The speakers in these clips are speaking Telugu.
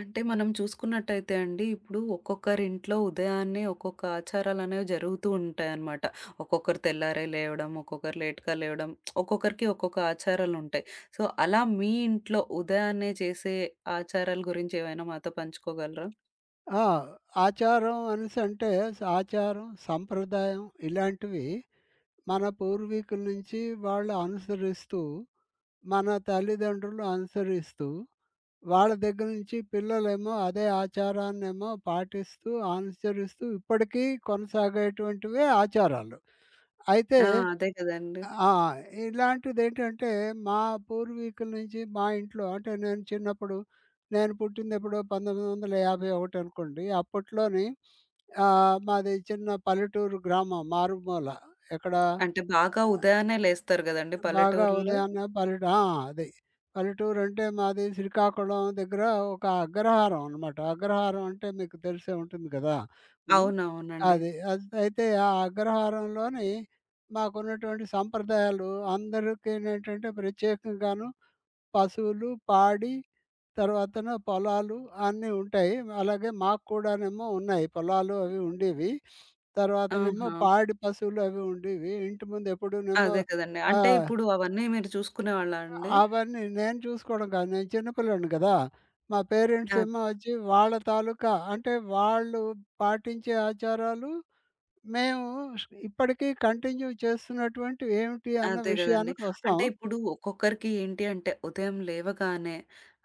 అంటే మనం చూసుకున్నట్టయితే అండి, ఇప్పుడు ఒక్కొక్కరింట్లో ఉదయాన్నే ఒక్కొక్క ఆచారాలనేవి జరుగుతూ ఉంటాయన్నమాట. ఒక్కొక్కరు తెల్లారే లేవడం, ఒక్కొక్కరు లేట్‌గా లేవడం, ఒక్కొక్కరికి ఒక్కొక్క ఆచారాలుంటాయి. సో, అలా మీ ఇంట్లో ఉదయాన్నే చేసే ఆచారాల గురించి ఏమైనా మాతో పంచుకోగలరా? ఆ! ఆచారం అనేసంటే సంప్రదాయం ఇలాంటివి మన పూర్వీకుల నుంచి వాళ్ళు అనుసరిస్తూ, మన తల్లిదండ్రులు అనుసరిస్తూ, వాళ్ళ దగ్గర నుంచి పిల్లలేమో అదే ఆచారాన్నేమో పాటిస్తూ, అనుసరిస్తూ ఇప్పటికీ కొనసాగేటువంటివే ఆచారాలు. అయితే ఆ! అదే కదండీ. ఆ! ఇలాంటిదేంటంటే, మా పూర్వీకుల నుంచి మా ఇంట్లో అంటే, నేను పుట్టిందెప్పుడో 1951 అనుకోండి. అప్పట్లోని మాది చిన్న పల్లెటూరు గ్రామం మారుమూల. ఎక్కడ అంటే బాగా ఉదయాన్నే లేస్తారు గదండీ బాగా పల్లెటూరులో. ఉదయాన్నే పల్లెట ఆ! అది. పల్లెటూరు అంటే మాది శ్రీకాకుళం దగ్గర ఒక అగ్రహారం అనమాట. అగ్రహారం అంటే మీకు తెలిసే ఉంటుంది కదా! హ్మ్. అవునవునండి. అది అయితే ఆ అగ్రహారంలోని మాకున్నటువంటి సంప్రదాయాలు అందరికేనేంటంటే ప్రత్యేకంగాను పశువులు, పాడి తర్వాతన పొలాలు అన్నీ ఉంటాయి. అలాగే మాకు కూడానేమో ఉన్నాయి. పొలాలు అవి ఉండేవి. తర్వాతనేమో ఆహా! పాడి పశువులు అవి ఉండేవి. ఇంటి ముందు ఎప్పుడూనేమో అదే కదండీ. ఆ! అంటే ఇప్పుడు అవన్నీ మీరు చూసుకునేవాళ్ళా అండి? అవన్నీ నేను చూసుకోవడం కాదు. నేను చిన్న పిల్లోడిని కదా! మా పేరెంట్స్ అదే. ఏమో వచ్చి వాళ్ళ తాలూకా అంటే వాళ్ళు పాటించే ఆచారాలు మేము ఇప్పటికీ కంటిన్యూ చేస్తున్నటువంటివి ఏమిటి అన్న అదే గదండీ. విషయానికి వస్తాం. అంటే ఇప్పుడు ఒక్కొక్కరికి ఏంటి అంటే ఉదయం లేవగానే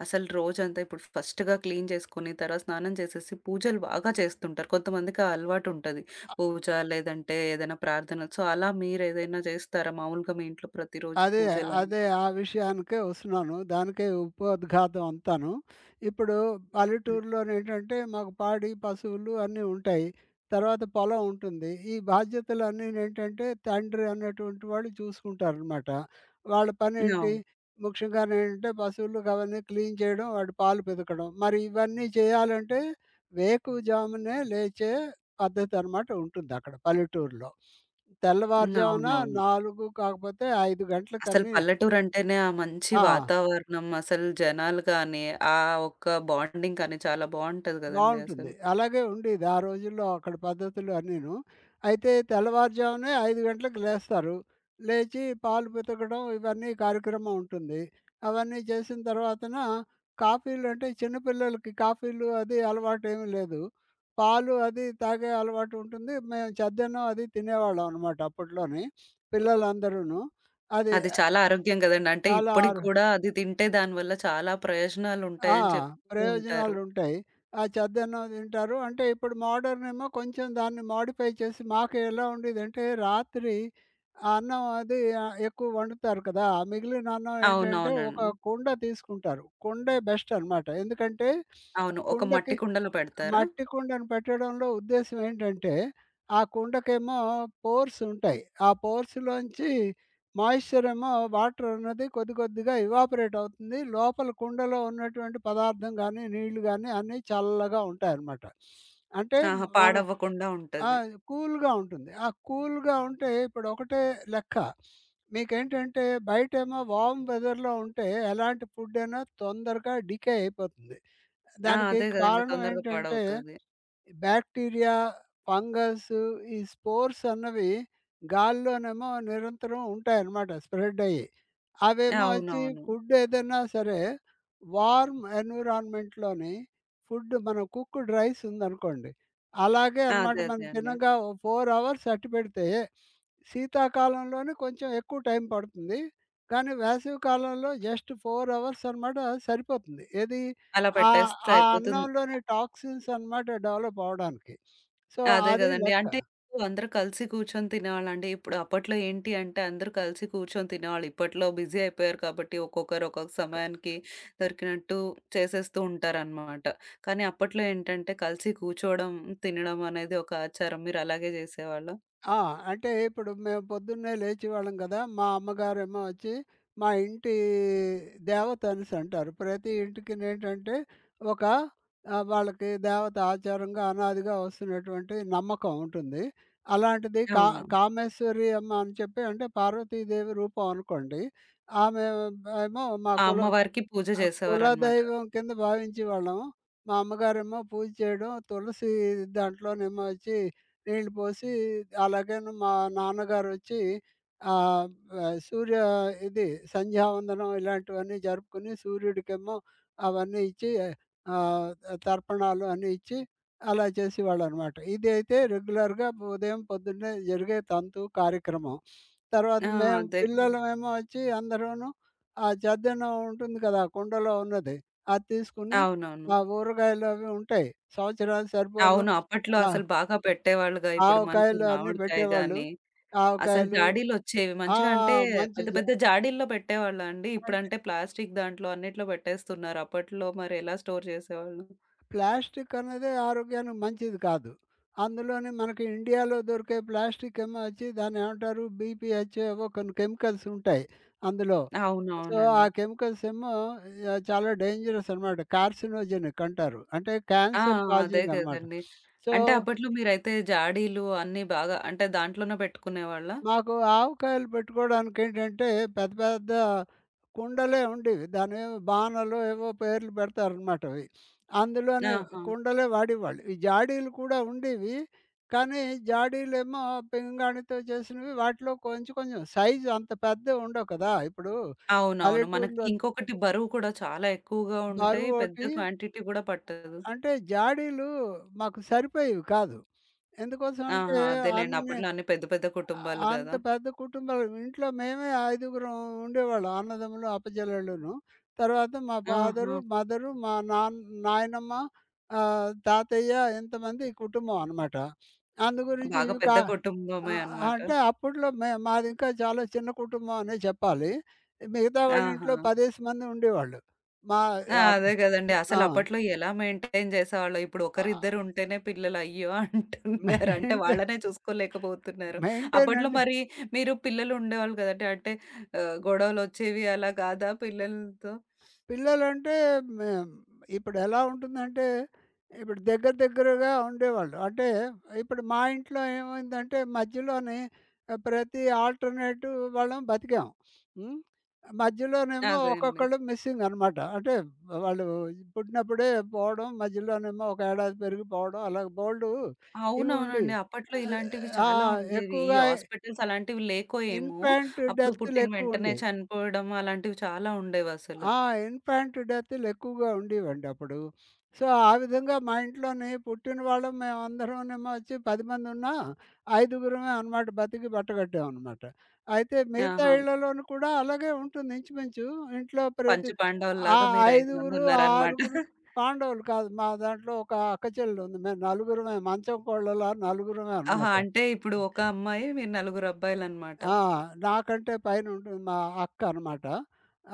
అసలు రోజంతా ఇప్పుడు ఫస్ట్‌గా క్లీన్ చేసుకొని, తర్వాత స్నానం చేసేసి పూజలు బాగా చేస్తుంటారు. కొంతమందికి ఆ అలవాటు ఉంటది. పూజ లేదంటే ఏదైనా ప్రార్థన. సో, అలా మీరేదైనా చేస్తారా? మామూలుగా మీ ఇంట్లో ప్రతిరోజు అదే. పూజలని? అదే. ఆ విషయానికే వస్తున్నాను. దానికే ఉపోద్ఘాతం అంతాను. ఇప్పుడు హ్మ్. పల్లెటూరులోనేంటంటే, మాకు పాడి, పశువులు అన్నీ ఉంటాయి. తర్వాత పొలం ఉంటుంది. ఈ బాధ్యతలన్నీనేంటంటే, తండ్రి అన్నటువంటి వాళ్ళు చూసుకుంటారనమాట. వాళ్ళ పనేంటి, అవును. ముఖ్యంగానేంటంటే పశువులకు అవన్నీ క్లీన్ చేయడం, వాటి పాలు పితకడం. మరి ఇవన్నీ చేయాలంటే వేకువజామునే లేచే పద్ధతనమాట ఉంటుందక్కడ పల్లెటూరులో. హ్మ్. తెల్లవారుజామున అవునవును. 4 కాకపోతే 5 అసలు గంటలకన్నీ పల్లెటూరు అంటేనే ఆ మంచి ఆ! వాతావరణం, అసలు జనాలు గాని, ఆ ఒక్క బాండింగ్ కానీ చాలా బావుంటది గదండీ బావుంటుంది. అసలు. అలాగే ఉండేది ఆ రోజుల్లో అక్కడ పద్ధతులు అన్నీను. అయితే తెల్లవారుజామునే 5 గంటలకు లేస్తారు. లేచి పాలు పితకడం ఇవన్నీ కార్యక్రమం ఉంటుంది. అవన్నీ చేసిన తర్వాతన కాఫీలంటే చిన్న పిల్లలకి కాఫీలు అది అలవాటేమీ లేదు. పాలు అది తాగే అలవాటు ఉంటుంది. మేము చద్దన్నం అది తినేవాళ్ళం అనమాట అప్పట్లోని పిల్లలందరూను. అది అది చాలా ఆరోగ్యం గదండీ. అంటే చాలా ఇప్పటికి ఆరు గూడా అది తింటే దానివల్ల చాలా ఆ! ప్రయోజనాలుంటాయని చెప్తూ ఉంటారు. ప్రయోజనాలుంటాయి. ఆ చెద్దన్నం తింటారు. అంటే ఇప్పుడు మోడర్న్ ఏమో కొంచెం దాన్ని మోడిఫై చేసి మాకు ఎలా ఉండేదంటే రాత్రి ఆ అన్నం అది ఎక్కువ వండుతారు కదా! ఆ మిగిలిన అన్నం ఏంటంటే ఒక అవునవునండి. కుండ తీసుకుంటారు. కుండే బెస్ట్ అనమాట. ఎందుకంటే అవును. ఒక కుండకి మట్టి కుండలో పెడతారా? మట్టి కుండను పెట్టడంలో ఉద్దేశ్యం ఏంటంటే, ఆ కుండకేమో పోర్స్ ఉంటాయి. ఆ పోర్స్‌లోంచి మాయిశ్చర్ ఏమో వాటర్ అన్నది కొద్ది కొద్దిగా ఇవాపరేట్ అవుతుంది. లోపల కుండలో ఉన్నటువంటి పదార్థం గాని, నీళ్లు గాని అన్నీ చల్లగా ఉంటాయన్నమాట. అంటే ఆహా! మన పాడవ్వకుండా ఆ! ఉంటది. కూల్‌గా ఉంటుంది. ఆ కూల్‌గా ఉంటే ఇప్పుడు ఒకటే లెక్క. మీకేంటంటే బయటేమో వార్మ్ వెదర్‌లో ఉంటే ఎలాంటి ఫుడ్ అయినా తొందరగా డికే అయిపోతుంది. ఆ! దానికి అదే గదండీ కారణం తొందరగా ఏంటంటే పాడవుతది. బ్యాక్టీరియా, ఫంగస్ ఈ స్పోర్స్ అన్నవి గాలిలోనేమో నిరంతరం ఉంటాయన్నమాట స్ప్రెడ్ అయ్యి. అవేమో వచ్చి అవునవును. ఫుడ్ ఏదైనా సరే వార్మ్ ఎన్విరాన్మెంట్‌లోని ఫుడ్ మన కుక్డ్ రైస్ ఉందనుకోండి. అలాగే ఆ, అనమాట అదే మనం అదే అండి. తినంగా ఓ 4 అవర్స్ అట్టి పెడితే శీతాకాలంలోనే కొంచెం ఎక్కువ టైం పడుతుంది. కానీ వేసవి కాలంలో జస్ట్ 4 అవర్స్ అనమాట సరిపోతుంది. ఏది అలా ఆ! పెట్టేస్తే ఆ అయిపోతుంది. అన్నంలోని టాక్సిన్స్ అన్నమాట డెవలప్ అవ్వడానికి. సో, అదే అది గదండీ. లెక్క. అంటే ఇప్పుడు అందరూ కలిసి కూర్చొని తినేవాళ్ళండి. ఇప్పుడు అప్పట్లో ఏంటి అంటే అందరూ కలిసి కూర్చొని తినేవాళ్ళు. ఇప్పట్లో బిజీ అయిపోయారు కాబట్టి ఒక్కొక్కరు ఒక్కొక్క సమయానికి దొరికినట్టు చేసేస్తూ ఉంటారనమాట. కానీ అప్పట్లో ఏంటంటే కలిసి కూర్చోవడం, తినడం అనేది ఒక ఆచారం. మీరు అలాగే జేసేవాళ్ళా? ఆ! అంటే ఇప్పుడు మేము పొద్దున్నే లేచేవాళ్ళం కదా! మా అమ్మగారేమో వచ్చి మా ఇంటి దేవత అనేసి అంటారు. ప్రతి ఇంటికినేంటంటే ఒక ఆహ్, వాళ్ళకి దేవత ఆచారంగా అనాదిగా వస్తున్నటువంటి నమ్మకం ఉంటుంది. అలాంటిది కా అవునవును. కామేశ్వరి అమ్మ అని చెప్పి అంటే పార్వతీదేవి రూపం అనుకోండి. ఆమె ఏమో మా ఆ కుల అమ్మవారికి పూజ ఆ జేసేవారనమాట. కులదైవం కింద భావించేవాళ్ళం. మా అమ్మగారేమో పూజ చేయడం తులసి దాంట్లోనేమో వచ్చి నీళ్ళు పోసి అలాగేను మా నాన్నగారొచ్చి ఆహ్, ఆహ్, సూర్య ఇది సంధ్యావందనం ఇలాంటివన్నీ జరుపుకొని సూర్యుడికేమో అవన్నీ ఇచ్చి ఆహ్, తర్పణాలు అన్నీ ఇచ్చి అలా చేసేవాళ్ళనమాట. ఇదైతే రెగ్యులర్‌గా ఉదయం పొద్దున్నే జరిగే తంతు కార్యక్రమం. తర్వాత ఆ! మేము అదే కదా! పిల్లలమేమో వచ్చి అందరూను ఆ చద్దన్నం ఉంటుంది కదా! కుండలో ఉన్నది. అది తీసుకొని అవునవును. ఆ ఊరగాయలు అవి ఉంటాయి. సంవత్సరానికి సరిపోను అవును. అప్పట్లో ఆ! అసలు బాగా పెట్టేవాళ్ళుగా. ఇప్పుడు మనకి ఆవకాయలు అన్నీ మామిడికాయ పెట్టేవాళ్ళు. గాని అసలు ఆవకాయలు జాడీలొచ్చేవి. ఆ! మంచిగా అంటే మంచి పెద్ద పెద్ద జా- జాడీల్లో పెట్టేవాళ్ళండి. అంటే ఇప్పుడంటే ప్లాస్టిక్ దాంట్లో అన్నిట్లో పెట్టేస్తున్నారు. అప్పట్లో మరి ఎలా స్టోర్ చేసేవాళ్ళు? ప్లాస్టిక్ అన్నదే ఆరోగ్యానికి మంచిది కాదు. అందులోని మనకి ఇండియాలో దొరికే ప్లాస్టిక్ ఏమో వచ్చి దాన్నేమంటారు బీపీహెచ్ ఏవో కొన్ని కెమికల్స్ ఉంటాయి అందులో. సో, ఆ అవునవునండి. కెమికల్స్ ఏమో చాలా డేంజరస్ అనమాట. కార్సినోజెనిక్ అంటారు. అంటే ఆ! క్యాన్సర్ అదే కాజింగ్ అనమాట. కదండీ. సో, అంటే అప్పట్లో మీరైతే జాడీలు అన్నీ బాగా అంటే దాంట్లోనే పెట్టుకునేవాళ్ళా? మాకు ఆవకాయలు పెట్టుకోవడానికేంటంటే, పెద్ద పెద్ద కుండలే ఉండేవి. దాన్నేవో బానలో ఏవో పేర్లు పెడతారనమాట అవి. అందులోనే ఆహా! కుండలే వాడేవాళ్ళు. ఈ జాడీలు కూడా ఉండేవి. కానీ జాడీలేమో పింగాణితో చేసినవి. వాటిలో కొంచెం కొంచెం సైజు అంత పెద్దవి ఉండవు కదా! ఇప్పుడు అవునవును. మనకి పల్లెటూరులో ఇంకొకటి బరువు కూడా చాలా ఎక్కువగా ఉంటాయి. పెద్ద బరువోటి క్వాంటిటీ గూడా పట్టదు. అంటే జాడీలు మాకు సరిపోయేవి కాదు. ఎందుకోసం అంటే ఆహా! అదేలెండి. అన్ని అప్పట్లో అన్ని పెద్ద పెద్ద కుటుంబాలు అంత గదా! పెద్ద కుటుంబాలు ఇంట్లో మేమే ఐదుగురం ఉండేవాళ్ళం అన్నదమ్ములు అప్పచెల్లెళ్ళును తర్వాత మా ఆహా! ఫాదరు మదరు మా నాన్న నాయనమ్మ ఆ, తాతయ్య ఇంతమంది కుటుంబం అనమాట. అందు గురించి బాగా ఇవి కా పెద్ద ఆ, కుటుంబమే అన్నమాట. అంటే అప్పట్లో మాది ఇంకా చాలా చిన్న కుటుంబం అనే చెప్పాలి. మిగతా వాళ్ళ ఆహా! ఇంట్లో పదేసి మంది ఉండేవాళ్ళు. మా ఆ! ఆ, అదే గదండీ. ఆ, అసలప్పట్లో ఎలా మెయింటైన్ జేసేవాళ్ళో. ఇప్పుడు ఒకరిద్దరు ఉంటేనే పిల్లలు అయ్యో! అంటున్నారు. అంటే మెయింటైన్ వాళ్ళనే చూసుకోలేకపోతున్నారు. మెయింటైన్ అప్పట్లో అంటే మరి మీరు పిల్లలు ఉండేవాళ్ళు గదండీ. అంటే గొడవలొచ్చేవి అలా కాదా పిల్లలతో? పిల్లలంటే మేం ఇప్పుడెలా ఉంటుందంటే, ఇప్పుడు దగ్గర దగ్గరగా ఉండేవాళ్ళు. అంటే ఇప్పుడు మా ఇంట్లో ఏమైందంటే మధ్యలోనే ప్రతి ఆల్టర్‌నేటివ్ వాళ్ళం బతికాం. హ్మ్. మధ్యలోనేమో అదే అండి. ఒక్కొక్కళ్ళు మిస్సింగ్ అనమాట. అంటే వాళ్ళు పుట్టినప్పుడే పోవడం, మధ్యలోనేమో ఒక ఏడాది పెరిగిపోవడం అలా బోలెడు ఇవి ఉండేవి. అవునవునండి. అప్పట్లో ఆహ్, ఇలాంటివి ఆ! చాలా ఉండేవి. ఈ ఎక్కువగా హాస్పిటల్స్ అలాంటివి లేకో ఏమో! ఇన్‌ఫాంట్ అప్పుడు డెత్‌లు పుట్టిన ఎక్కువ వెంటనే ఉండేవి. చనిపోవడం అలాంటివి చాలా ఉండేవసలు. ఆ! ఇన్‌ఫాంట్ డెత్‌లు ఎక్కువగా ఉండేవండి అప్పుడు. సో, ఆ విధంగా మా ఇంట్లోని పుట్టిన వాళ్ళం మేమందరమునేమో వచ్చి 10 మందున్నా, ఐదుగురమే అనమాట బతికి బట్టగట్టామనమాట. అయితే మిగతా ఆహా! ఇళ్ళలోను కూడా అలాగే ఉంటుంది ఇంచుమించు. ఇంట్లో ప్రతి ఆ పంచపాండవుల్లాగా మీరు 5 ఐదుగురు, మందున్నారనమాట. ఆరుగురు పాండవులు కాదు. మా దాంట్లో ఒక అక్క చెల్లుంది. మేము నలుగురమే మంచం కోడళ్ళలా నలుగురమే ఆహా! అనమాట. అంటే ఇప్పుడు ఒక అమ్మాయి, మీరు నలుగురు అబ్బాయిలనమాట. ఆ! నాకంటే పైనుంటుంది మా అక్క అనమాట.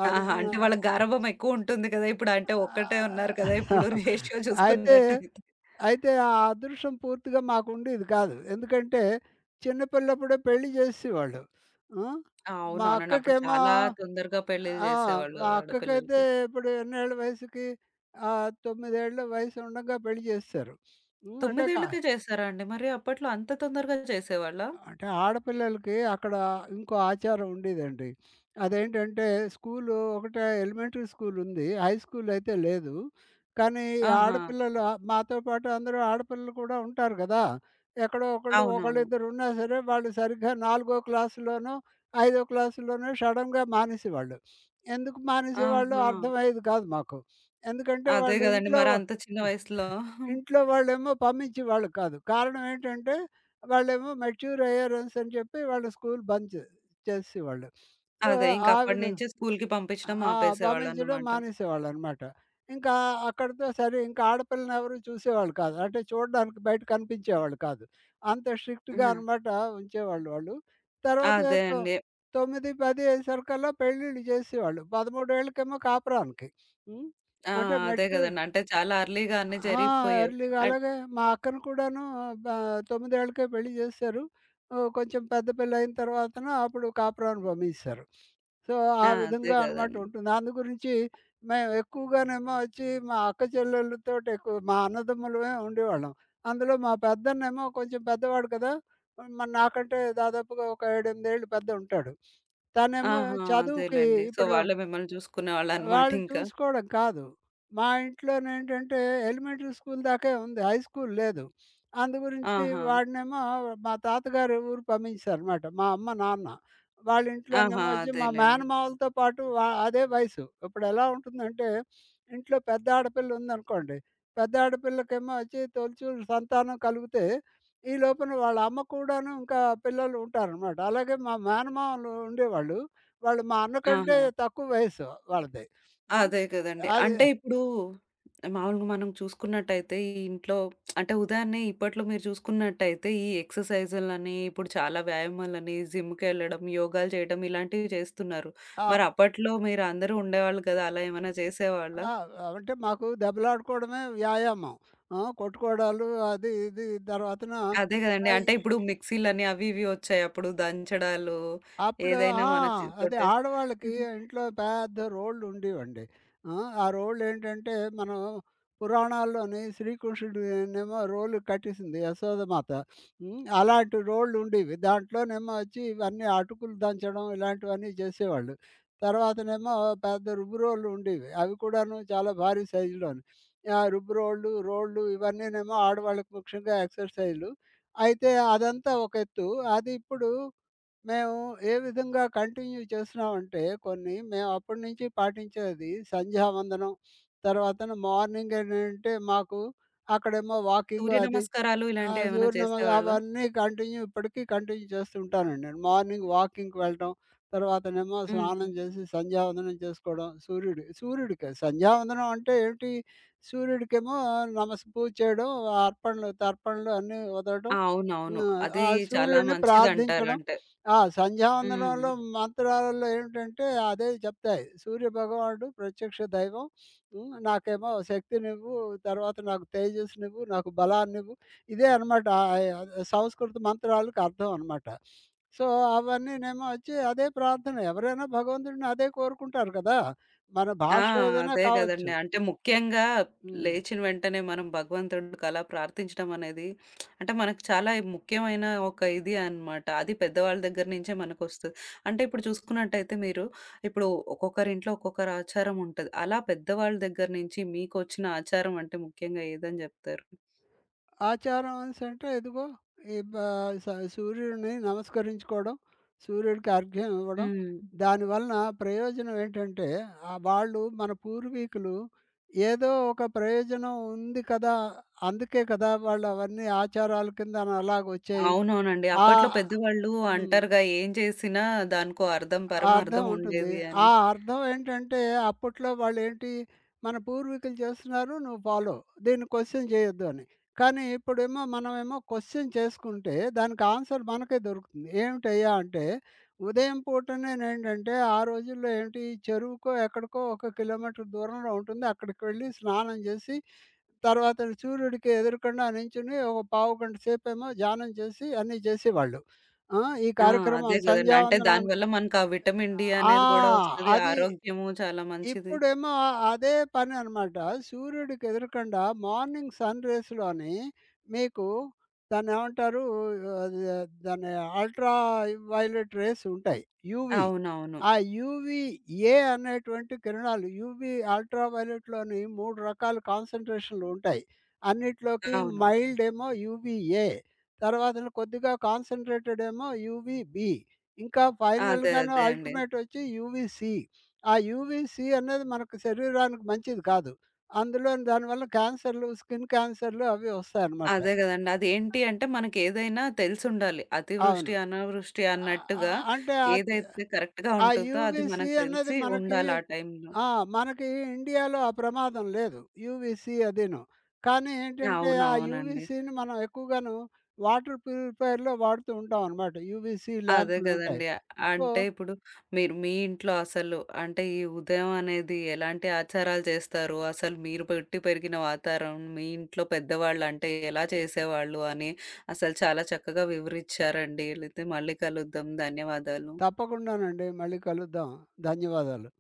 అది ఆహా! ఆ! అంటే వాళ్ళకి గారాబం ఎక్కువుంటుంది కదా! ఇప్పుడు అంటే ఒక్కటే ఉన్నారు కదా! ఆహ్, ఇప్పుడు రేషియో అయితే, చూసుకున్నట్టయితే. అయితే ఆ అదృష్టం పూర్తిగా మాకుండేది కాదు. ఎందుకంటే చిన్న పిల్లప్పుడే పెళ్లి చేసేసేవాళ్ళు. ఆ! మా అవునవునండి. అప్పుడు అక్కకేమో చాలా తొందరగా పెళ్ళిళ్ళు ఆ! చేసేవాళ్ళు మా అక్కకైతే ఆడపిల్లలకి. ఇప్పుడు ఎన్నేళ్ల వయసుకి ఆహ్, 9 ఏళ్ల వయసు ఉండంగా పెళ్లి చేసేసారు. హ్మ్. 9 ఏళ్ళకే చేసారా అండి? మరి అప్పట్లో అంత తొందరగా చేసేవాళ్ళా? అంటే ఆడపిల్లలకి అక్కడ ఇంకో ఆచారం ఉండేదండి. అదేంటంటే స్కూలు ఒకటే ఎలిమెంటరీ స్కూల్ ఉంది. హై స్కూల్ అయితే లేదు. కానీ ఈ ఆహా! మాతో పాటు అందరూ ఆడపిల్లలు కూడా ఉంటారు గదా! ఎక్కడో ఒకళ్ళు అవునవును. ఒకళ్ళిద్దరు ఉన్నా సరే వాళ్ళు సరిగ్గా 4 క్లాస్‌లోనో, 5 క్లాస్‌లోనో సడెన్‌గా మానేసేవాళ్ళు. ఎందుకు మానేసేవాళ్ళో ఆహా! అర్థమయ్యేది కాదు మాకు. ఎందుకంటే అదే వాళ్ళు గదండీ! ఇంట్లో మరి అంత చిన్న వయసులో ఇంట్లో వాళ్ళేమో పంపించేవాళ్ళు కాదు. కారణం ఏంటంటే, వాళ్ళేమో మెచ్యూర్ అయ్యారు అనేసని చెప్పి వాళ్ళు స్కూల్ బంద్ చే చేసేసేవాళ్ళు. సో, అదే ఇంక ఆ అప్పటి విధ నుంచే స్కూలుకి పంపించడం ఆ! పంపించడం ఆపేసేవాళ్ళన్నమాట. మానేసేవాళ్ళనమాట. ఇంకా అక్కడితో సరే ఇంకా ఆడపిల్లనెవరు చూసేవాళ్ళు కాదు. అంటే చూడడానికి బయట కనిపించేవాళ్ళు కాదు. అంత స్ట్రిక్ట్‌గా హ్మ్. అనమాట ఉంచేవాళ్ళు వాళ్ళు. తర్వాత అదే తొ అండి. 9, 10 అయ్యేసరికల్లా పెళ్ళిళ్ళు చేసేసేవాళ్ళు. 13 ఏళ్ళకేమో కాపురానికి. హ్మ్. ఆ! అంటే అదే మెచ్యూర్ గదండీ. అంటే చాలా ఎర్లీగా అన్నీ ఆ! జరిగిపోయేవి. ఎర్లీగా అన్ అలాగే మా అక్కను కూడాను బ 9 ఏళ్ళకే పెళ్లి చేసేశారు. కొంచెం పెద్ద పిల్లయిన తర్వాతన అప్పుడు కాపురానికి పంపించేశారు. సో, ఆ! ఆ అదే విధంగా అనమాట గదండీ. ఉంటుంది. అందు గురించి మేము ఎక్కువగానేమో వచ్చి మా అక్క చెల్లెళ్ళతోటి ఎక్కువ మా అన్నదమ్ములమే ఉండేవాళ్ళం. అందులో మా పెద్దన్నేమో కొంచెం పెద్దవాడు కదా! మరి నాకంటే దాదాపుగా ఒక 7, 8 ఏళ్ళు పెద్ద ఉంటాడు. తనేమో ఆహా! చదువుకి అదేలెండి. సో, ఇప్పుడు వాళ్ళే మిమ్మల్ని చూసుకునేవాళ్ళనమాట వాళ్ళు ఇంకా. చూసుకోవడం కాదు. మా ఇంట్లోనేంటంటే ఎలిమెంటరీ స్కూల్ దాకే ఉంది. హై స్కూల్ లేదు. అందు గురించి ఆహా! వాడినేమో మా తాతగారు ఊరు పంపించేసారనమాట. మా అమ్మ, నాన్న. వాళ్ళ ఆహా! ఇంట్లోనేమో వచ్చి మా అదేలెండి. మేనమావలతో పాటు వ అదే వయసు. ఇప్పుడెలా ఉంటుందంటే ఇంట్లో పెద్ద ఆడపిల్ల ఉందనుకోండి. పెద్ద ఆడపిల్లకేమో వచ్చి తొలిచూలు సంతానం కలిగితే ఈ లోపున వాళ్ళ అమ్మ కూడాను ఇంకా పిల్లలు ఉంటారనమాట. అలాగే మా మేనమామలు ఉండేవాళ్ళు. వాళ్ళు మా అన్న కంటే ఆహా! తక్కువ వయస్సు వాళ్ళది. హ్మ్. అదే గదండీ. అది అంటే ఇప్పుడు మామూలుగా మనం చూసుకున్నట్టయితే ఈ ఇంట్లో అంటే ఉదాహరణ ఇప్పట్లో మీరు చూసుకున్నట్టయితే ఈ ఎక్సర్‌సైజులని, ఇప్పుడు చాలా వ్యాయామాలని, జిమ్‌కెళ్ళడం, యోగాలు చేయడం ఇలాంటివి చేస్తున్నారు. ఆహ్, మరి అప్పట్లో మీరు అందరూ ఉండేవాళ్ళు కదా! అలా ఏమైనా చేసేవాళ్ళా? ఆ! అంటే మాకు దెబ్బలాడుకోవడమే వ్యాయామం. కొట్టుకోవడాలు అది ఇది తర్వాతన అదే గదండీ. ఆహ్, అంటే ఇప్పుడు మిక్సీలని అవి ఇవి ఒచ్చాయి. అప్పుడు దంచడాలు అప్పుడు ఏదైనా ఆ! మన అదే చేత్తోటేసి ఆడవాళ్ళకి ఇంట్లో పెద్ద రోళ్ళు ఉండేవండి. ఆ! ఆ రోళ్ళేంటంటే మనం పురాణాల్లోని శ్రీకృష్ణుడినేమో రోలు కట్టేసింది యశోదమాత. హ్మ్. అలాంటి రోళ్ళుండేవి. దాంట్లోనేమో వచ్చి ఇవన్నీ అటుకులు దంచడం ఇలాంటివన్నీ చేసేవాళ్ళు. తర్వాతనేమో పెద్ద రుబ్బురోళ్ళు ఉండేవి. అవి కూడాను చాలా భారీ సైజులోని. ఆ రుబ్బురోళ్ళు, రోళ్ళు రోళ్ళు ఇవన్నీనేమో ఆడవాళ్ళకి ముఖ్యంగా ఎక్సర్‌సైజులు. అయితే అదంతా ఒక ఎత్తు. అది ఇప్పుడు మేము ఏ విధంగా కంటిన్యూ చేస్తున్నామంటే కొన్ని మేము అప్పటి నుంచి పాటించేది సంధ్యావందనం. తర్వాతన మార్నింగ్ ఏంటంటే మాకు అక్కడేమో వాకింగ్ సూర్య అది నమస్కారాలు ఆ! ఇలాంటివేమైనా సూర్యనమస్ చేసేవాళ్ళా? అవన్నీ కంటిన్యూ ఇప్పటికి కంటిన్యూ చేస్తూ ఉంటానండి నేను. మార్నింగ్ వాకింగ్‌కి వెళ్ళటం, తర్వాతనేమో హ్మ్. స్నానం హ్మ్. చేసి సంధ్యావందనం చేసుకోవడం. సూర్యుడికే సంధ్యావందనం అంటే ఏంటి, సూర్యుడికేమో నమస్ పూజ చేయడం, అర్పణలు, తర్పణలు అన్నీ వదలడం. ఆ! అవునవును. హ్మ్. ఆ అది చాలా సూర్యుడిని ప్రార్థించడం. మంచిదంటారంటే. హ్మ్. సంధ్యావందనంలో మంత్రాలలో ఏమిటంటే అదే చెప్తాయి. సూర్యభగవానుడు ప్రత్యక్ష దైవం. హ్మ్. నాకేమో శక్తినివ్వు, తర్వాత నాకు తేజస్సునివ్వు, నాకు బలాన్నివ్వు. ఇదే అనమాట. సంస్కృత మంత్రాలకు అర్థం అనమాట. సో, అవన్నీనేమో వచ్చి అదే ప్రార్థన. ఎవరైనా భగవంతుడిని అదే కోరుకుంటారు కదా! మన ఆ! భాష ఏదైనా అదే కావచ్చు. గదండీ. అంటే ముఖ్యంగా హ్మ్. లేచిన వెంటనే మనం భగవంతుడికి అలా ప్రార్థించడం అనేది అంటే మనకు చాలా ముఖ్యమైన ఒక ఇది అన్నమాట. అది పెద్దవాళ్ళ దగ్గర నుంచే మనకొస్తది. అంటే ఇప్పుడు చూసుకున్నట్టయితే మీరు ఇప్పుడు ఒక్కొక్కరి ఇంట్లో ఒక్కొక్కరి ఆచారం ఉంటది. అలా పెద్దవాళ్ళ దగ్గర నుంచి మీకొచ్చిన ఆచారం అంటే ముఖ్యంగా ఏదని జెప్తారు? ఆచారం అనేసంటే ఇదిగో ఈ బ స సూర్యుడిని నమస్కరించుకోవడం, సూర్యుడికి అర్ఘ్యం ఇవ్వడం. హ్మ్. దానివలన ప్రయోజనం ఏంటంటే, వాళ్ళు మన పూర్వీకులు ఏదో ఒక ప్రయోజనం ఉంది కదా! అందుకే కదా! వాళ్ళు అవన్నీ ఆచారాల కిందన అలాగొచ్చాయి. అవునవునండి. ఆ అప్పట్లో పెద్దవాళ్ళు హ్మ్. అంటారుగా ఏం చేసినా దానికో అర్థం ఆ అర్థం పరమార్థం ఉంటుంది. ఉండేది ఆ అని. అర్థం ఏంటంటే అప్పట్లో వాళ్ళేంటి, మన పూర్వీకులు చేస్తున్నారు నువ్వు ఫాలో. దీన్ని క్వెషన్ చేయొద్దు అని. కానీ ఇప్పుడేమో మనమేమో క్వెషన్ చేసుకుంటే దానికి ఆన్సర్ మనకే దొరుకుతుంది. ఏమిటయ్యా అంటే, ఉదయం పూటనేనేంటంటే ఆ రోజుల్లో ఏంటి చెరువుకో, ఎక్కడికో ఒక కిలోమీటర్ దూరంలో ఉంటుంది. అక్కడికి వెళ్ళి స్నానం చేసి, తర్వాత సూర్యుడికి ఎదురుగుండా నించుని ఒక పావుగంట సేపేమో ధ్యానం చేసి అన్నీ చేసేవాళ్ళు. ఆ! ఈ ఆ! కార్యక్రమం అదే గదండీ. అంటే సంధ్యావందనం. దానివల్ల మనకు ఆ విటమిన్ డి ఆ! అనేది గూడా వస్తది. అది. ఆరోగ్యము చాలా మంచిది. ఇప్పుడేమో అదే పననమాట. సూర్యుడికి ఎదురకుండా మార్నింగ్ సన్ రేస్‌లోని మీకు దాన్నేమంటారు అది దాన్ని అల్ట్రా వయలెట్ రేస్ ఉంటాయి. యూవీ. అవునవును. ఆ యూవీ ఏ అనేటువంటి కిరణాలు యూవీ అల్ట్రా వయలెట్‌లోని 3 రకాల కాన్సంట్రేషన్‌లు ఉంటాయి. అన్నిట్లోకి అవును. మైల్డ్ ఏమో యూవీ ఏ. తర్వాతన కొద్దిగా కాన్సంట్రేటెడ్ ఏమో యూవీ బీ. ఇంకా అదే. ఫైనల్‌గాను అదే అండి. అల్టిమేట్ వచ్చి యూవీ సీ. ఆ యూవీసీ అనేది మనకు శరీరానికి మంచిది కాదు. అందులోని దానివల్ల క్యాన్సర్‌లు, స్కిన్ క్యాన్సర్‌లు అవి వస్తాయన్నమాట. అదే గదండీ. అదేంటి అంటే మనకేదైనా తెలిసుండాలి. అతివృష్టి, అవును. అనావృష్టి ఆహ్, అన్నట్టుగా ఆహ్, అంటే అద్ ఏదైతే కరెక్ట్‌గా ఆ ఉంటుందో అది యూవీసీ మనకు అనేది తెలిసి మనకి ఉండాలి ఆ టైంలో. ఆ! మనకి ఇండియాలో ఆ ప్రమాదం లేదు. యూవీసీ అదీను. కానీ ఏంటంటే ఆ అవునవునండి. యూవీసీని మనం ఎక్కువగాను వాటర్ ప్యూరిఫైయర్‌లో వాడుతూ ఉంటామన్నమాట. యూవీసీ అదే ల్యాంపులుంటాయి. కదండీ. సో, అంటే ఇప్పుడు మీరు మీ ఇంట్లో అసలు అంటే ఈ ఉదయం అనేది ఎలాంటి ఆచారాలు చేస్తారు? అసలు మీరు పుట్టి పెరిగిన వాతావరణం, మీ ఇంట్లో పెద్దవాళ్ళు అంటే ఎలా చేసేవాళ్ళు అని అసలు చాలా చక్కగా వివరిచ్చారండి. అయితే మళ్ళీ కలుద్దాం. ధన్యవాదాలు. తప్పకుండానండి. మళ్ళీ కలుద్దాం. ధన్యవాదాలు.